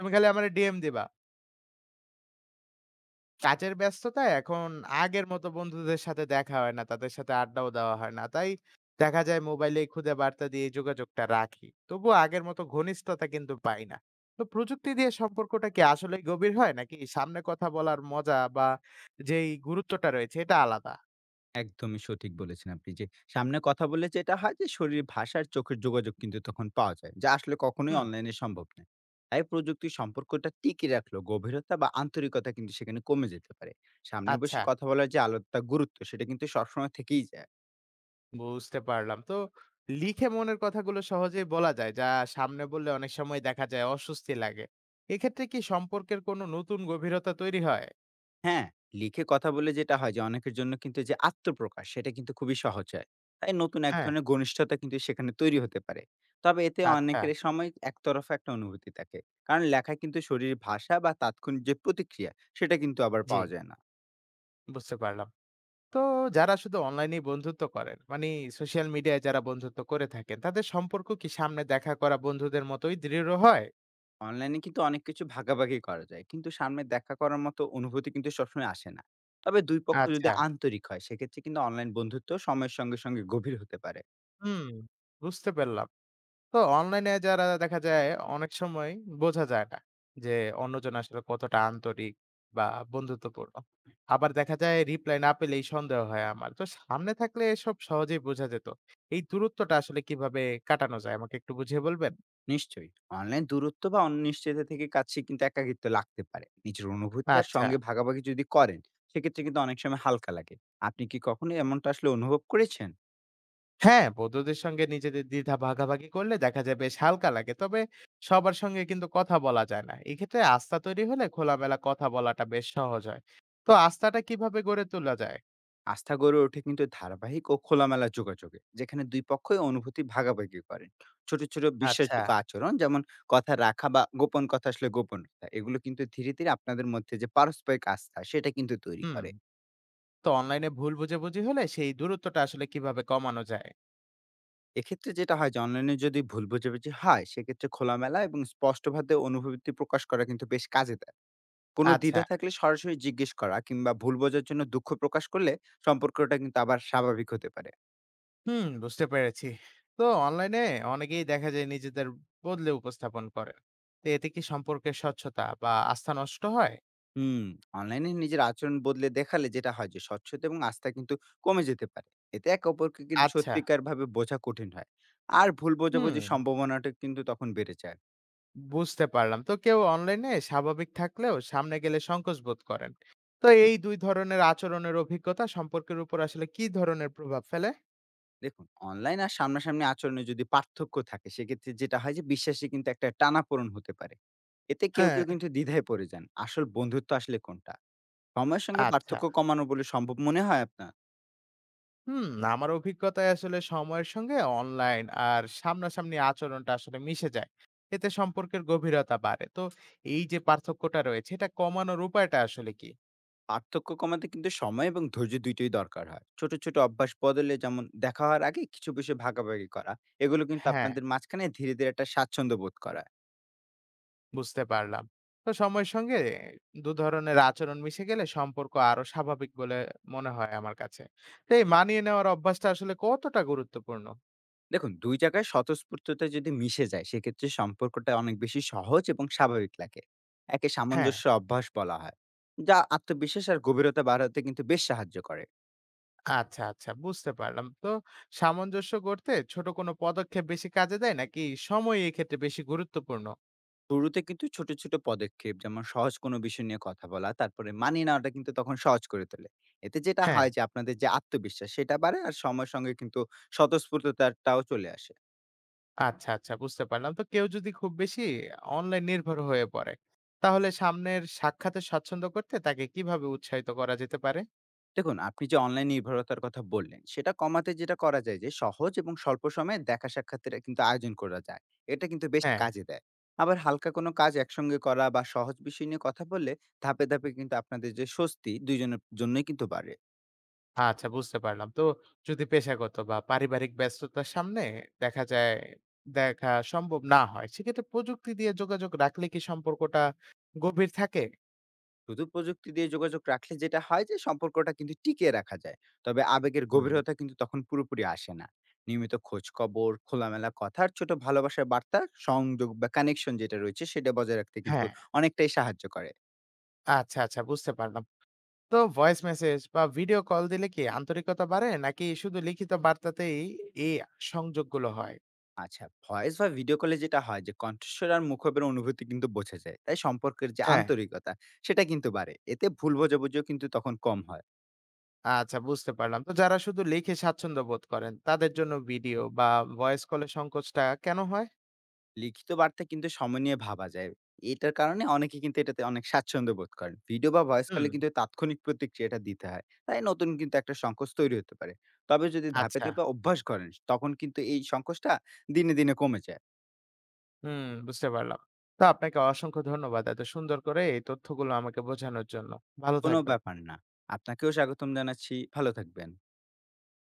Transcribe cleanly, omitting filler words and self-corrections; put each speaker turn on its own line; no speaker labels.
তুমি খালি আমারে ডিএম দিবা। কাজের ব্যস্ততায় এখন আগের মতো বন্ধুদের সাথে দেখা হয় না, তাদের সাথে আড্ডাও দেওয়া হয় না। তাই দেখা যায় মোবাইলেই খুদে বার্তা দিয়ে যোগাযোগটা রাখি। তবুও আগের মতো ঘনিষ্ঠতা কিন্তু পাই না। তো প্রযুক্তি দিয়ে সম্পর্কটা কি আসলেই গভীর হয় নাকি সামনে কথা বলার মজা বা যেই গুরুত্বটা রয়েছে এটা আলাদা?
একদমই সঠিক বলেছেন আপনি যে সামনে কথা বললে যেটা হয় যে শরীর ভাষার চোখের যোগাযোগ কিন্তু তখন পাওয়া যায়, যা আসলে কখনোই
হুম,
অনলাইনে সম্ভব নয়। তাই প্রযুক্তির সম্পর্কটা টিকে রাখলো, গভীরতা বা আন্তরিকতা কিন্তু সেখানে কমে যেতে পারে। সামনে
আচ্ছা
বসে কথা বলার যে আলাদা গুরুত্ব, সেটা কিন্তু সবসময় থেকেই যায়।
বুঝতে পারলাম। তো লিখে মনের কথাগুলো সহজেই বলা যায়, যা সামনে বললে অনেক সময় দেখা যায় অস্বস্তি লাগে। এক্ষেত্রে কি সম্পর্কের কোনো নতুন গভীরতা তৈরি হয়?
হ্যাঁ, লিখে কথা বলে যেটা হয় যে অনেকের জন্য কিন্তু যে আত্মপ্রকাশ সেটা কিন্তু খুবই সহজ হয়। তাই নতুন এক
হ্যাঁ,
ধরনের ঘনিষ্ঠতা কিন্তু সেখানে তৈরি হতে পারে। তবে এতে
আচ্ছা।
অনেকের সময় একতরফা একটা অনুভূতি থাকে। কারণ লেখায় কিন্তু শরীর ভাষা বা তাৎক্ষণিক যে প্রতিক্রিয়া, সেটা কিন্তু আবার
জি,
পাওয়া যায় না।
বুঝতে পারলাম। তো যারা শুধু অনলাইনেই বন্ধুত্ব করেন, মানে সোশ্যাল মিডিয়ায় যারা বন্ধুত্ব করে থাকেন, তাদের সম্পর্ক কি সামনে দেখা করা বন্ধুদের মতোই দৃঢ় হয়?
অনলাইনে কিন্তু অনেক কিছু ভাগাভাগি করা যায়। কিন্তু সামনে দেখা করার মতো অনুভূতি কিন্তু সবসময় আসে না। তবে ২ পক্ষ যদি
আচ্ছা।
আন্তরিক হয় সেক্ষেত্রে কিন্তু অনলাইন বন্ধুত্ব সময়ের সঙ্গে গভীর হতে পারে।
হুম, বুঝতে পারলাম। তো অনলাইনে যারা দেখা যায় অনেক সময় বোঝা যায় না যে অন্যজন আসলে কতটা আন্তরিক বা বন্ধুত্বপূর্ণ। আবার দেখা যায় রিপ্লাই না পেলেই সন্দেহ হয় আমার। তো সামনে থাকলে এসব সহজেই বোঝা যেত। এই দূরত্বটা আসলে কিভাবে কাটানো যায় আমাকে একটু বুঝিয়ে বলবেন?
নিশ্চয়ই অনলাইন দূরত্ব বা অনিশ্চয়তা থেকে কাছে কিন্তু একাকিত্ব লাগতে পারে। নিজের অনুভূতি আর
আচ্ছা।
সঙ্গে ভাগাভাগি যদি করেন, সেক্ষেত্রে কিন্তু অনেক সময় হালকা লাগে। আপনি কি কখনো এমনটা আসলে অনুভব করেছেন?
হ্যাঁ, বন্ধুদের সঙ্গে নিজেদের দ্বিধা ভাগাভাগি করলে দেখা যায় বেশ হালকা লাগে। তবে সবার সঙ্গে কিন্তু কথা বলা যায় না। এক্ষেত্রে আস্থা তৈরি হলে খোলামেলা কথা বলাটা বেশ সহজ হয়। তো আস্থাটা কিভাবে গড়ে তোলা যায়?
আস্থা গড়ে ওঠে কিন্তু ধারাবাহিক ও খোলামেলা যোগাযোগে, যেখানে দুই পক্ষই অনুভূতি ভাগাভাগি করেন। ছোট ছোট
আচ্ছা
বিশ্বাসযোগ্য আচরণ, যেমন কথা রাখা বা গোপন কথা আসলে গোপন রাখা, এগুলো কিন্তু ধীরে ধীরে আপনাদের মধ্যে যে পারস্পরিক আস্থা সেটা কিন্তু তৈরি
হুম।
করে।
তো অনলাইনে ভুল বোঝাবুঝি হলে সেই দূরত্বটা আসলে কিভাবে কমানো যায়?
এক্ষেত্রে যেটা হয় যে অনলাইনে যদি ভুল বোঝাবুঝি হয় সেক্ষেত্রে খোলামেলা এবং স্পষ্টভাবে অনুভূতি প্রকাশ করা কিন্তু বেশ কাজে দেয়। কোনো
আচ্ছা
দ্বিধা থাকলে সরাসরি জিজ্ঞেস করা কিংবা ভুল বোঝার জন্য দুঃখ প্রকাশ করলে সম্পর্কটা কিন্তু আবার স্বাভাবিক হতে পারে।
হুম, বুঝতে পেরেছি। তো অনলাইনে অনেকেই দেখা যায় নিজেদের বদলে উপস্থাপন করেন। তো এতে কি সম্পর্কের স্বচ্ছতা বা আস্থা নষ্ট হয়?
হুম। অনলাইনে নিজের আচরণ বদলে দেখালে যেটা হয় যে স্বচ্ছতা এবং আস্থা কিন্তু কমে যেতে পারে। এতে একে অপরকে কিন্তু
আচ্ছা।
সত্যিকার ভাবে বোঝা কঠিন হয়। আর ভুল বোঝাবুঝির
হুম।
সম্ভাবনাটা কিন্তু তখন বেড়ে যায়।
বুঝতে পারলাম। তো কেউ অনলাইনে স্বাভাবিক থাকলেও সামনে গেলে সংকোচ বোধ করেন। তো এই ২ ধরনের আচরণের অভিজ্ঞতা সম্পর্কের উপর আসলে কি ধরনের প্রভাব ফেলে?
দেখুন, অনলাইন আর সামনাসামনি আচরণে যদি পার্থক্য থাকে, সেক্ষেত্রে যেটা হয় যে বিশ্বাসে কিন্তু একটা টানাপোড়েন হতে পারে। এতে কেউ,
হ্যাঁ।
কেউ কিন্তু দ্বিধায় পড়ে যান। আসল বন্ধুত্ব আসলে কোনটা? সময়ের সঙ্গে
আচ্ছা।
পার্থক্য কমানো বলে সম্ভব মনে হয় আপনার?
হুম, আমার অভিজ্ঞতায় আসলে সময়ের সঙ্গে অনলাইন আর সামনাসামনি আচরণটা আসলে মিশে যায়। এতে সম্পর্কের গভীরতা বাড়ে। তো এই যে পার্থক্যটা রয়েছে এটা কমানোর উপায়টা আসলে কি?
পার্থক্য কমাতে কিন্তু সময় এবং ধৈর্য ২ টোই দরকার হয়। ছোট অভ্যাস বদলে, যেমন দেখা হওয়ার আগে কিছু বিষয় ভাগাভাগি করা, এগুলো কিন্তু
হ্যাঁ।
আপনাদের মাঝখানে ধীরে একটা স্বাচ্ছন্দ্য বোধ করা।
বুঝতে পারলাম। তো সময়ের সঙ্গে ২ ধরনের আচরণ মিশে গেলে সম্পর্ক আরো স্বাভাবিক বলে মনে হয় আমার কাছে। তো এই মানিয়ে নেওয়ার অভ্যাসটা আসলে কতটা গুরুত্বপূর্ণ?
দেখুন, ২ জায়গায় স্বতঃস্ফূর্ততা যদি মিশে যায় সেক্ষেত্রে সম্পর্কটা অনেক বেশি সহজ এবং স্বাভাবিক লাগে। একে
হ্যাঁ,
সামঞ্জস্য অভ্যাস বলা হয়। যা আত্মবিশ্বাস আর গভীরতা বাড়াতে কিন্তু বেশ সাহায্য করে।
আচ্ছা, আচ্ছা বুঝতে পারলাম। তো সামঞ্জস্য গড়তে ছোট কোনো পদক্ষেপ বেশি কাজে দেয় নাকি সময় এক্ষেত্রে বেশি গুরুত্বপূর্ণ?
শুরুতে কিন্তু ছোট পদক্ষেপ, যেমন সহজ কোনো বিষয় নিয়ে কথা বলা, তারপরে মানিয়ে নেওয়াটা কিন্তু তখন সহজ করে তোলে। এতে যেটা
হ্যাঁ,
হয় যে আপনাদের যে আত্মবিশ্বাস সেটা বাড়ে, আর সময়ের সঙ্গে কিন্তু স্বতঃস্ফূর্ততাটাও চলে আসে।
আচ্ছা, আচ্ছা বুঝতে পারলাম। তো কেউ যদি খুব বেশি অনলাইন নির্ভর হয়ে পড়ে, তাহলে সামনের সাক্ষাতে স্বাচ্ছন্দ্য করতে তাকে কিভাবে উৎসাহিত করা যেতে পারে?
দেখুন, আপনি যে অনলাইন নির্ভরতার কথা বললেন সেটা কমাতে যেটা করা যায় যে সহজ এবং স্বল্প সময়ে দেখা সাক্ষাতের কিন্তু আয়োজন করা যায়। এটা কিন্তু বেশ
হ্যাঁ।
কাজে দেয়। আবার হালকা কোনো কাজ একসঙ্গে করা বা সহজ বিষয় নিয়ে কথা বললে ধাপে ধাপে কিন্তু আপনাদের যে স্বস্তি, দুইজনের জন্যই কিন্তু বাড়ে।
আচ্ছা বুঝতে পারলাম। তো যদি পেশাগত বা পারিবারিক ব্যস্ততার সামনে দেখা যায় দেখা সম্ভব না হয়, সেক্ষেত্রে প্রযুক্তি দিয়ে যোগাযোগ রাখলে কি সম্পর্কটা গভীর থাকে?
শুধু প্রযুক্তি দিয়ে যোগাযোগ রাখলে যেটা হয় যে সম্পর্কটা কিন্তু টিকিয়ে রাখা যায়। তবে আবেগের
হুম।
গভীরতা কিন্তু তখন পুরোপুরি আসে না। নিয়মিত খোঁজ খবর, খোলামেলা কথার ছোট ভালোবাসার বার্তা, সংযোগ বা কানেকশন যেটা রয়েছে সেটা বজায় রাখতে কিন্তু
হ্যাঁ,
অনেকটাই সাহায্য করে।
আচ্ছা, আচ্ছা বুঝতে পারলাম। তো ভয়েস মেসেজ বা ভিডিও কল দিলে কি আন্তরিকতা বাড়ে নাকি শুধু লিখিত বার্তাতেই এই সংযোগগুলো হয়?
আচ্ছা, ভয়েস বা ভিডিও কলে যেটা হয় যে কণ্ঠস্বর আর মুখোপের অনুভূতি কিন্তু বোঝা যায়। তাই সম্পর্কের যে
হ্যাঁ,
আন্তরিকতা সেটা কিন্তু বাড়ে। এতে ভুল বোঝাবুঝিও কিন্তু তখন কম হয়।
আচ্ছা বুঝতে পারলাম। তো যারা শুধু লিখে স্বাচ্ছন্দ্য বোধ করেন, তাদের জন্য ভিডিও বা ভয়েস কলের সংকোচটা কেন হয়?
লিখিত বার্তা কিন্তু সময় নিয়ে ভাবা যায়। এটার কারণে অনেকে কিন্তু এটাতে অনেক স্বাচ্ছন্দ্য বোধ করেন। ভিডিও বা ভয়েস
হুম,
কলে কিন্তু তাৎক্ষণিক প্রতিক্রিয়াটা দিতে হয়। তাই নতুন কিন্তু একটা সংকোচ তৈরি হতে পারে। তবে যদি ধাপে,
আচ্ছা।
ধাপে অভ্যাস করেন তখন কিন্তু এই সংকোচটা দিনে কমে যায়।
হুম, বুঝতে পারলাম। তো আপনাকে অসংখ্য ধন্যবাদ এত সুন্দর করে এই তথ্যগুলো আমাকে বোঝানোর জন্য। ভালো
কোনো
থাকবেন।
ব্যাপার না। আপনাকেও স্বাগতম জানাচ্ছি। ভালো থাকবেন।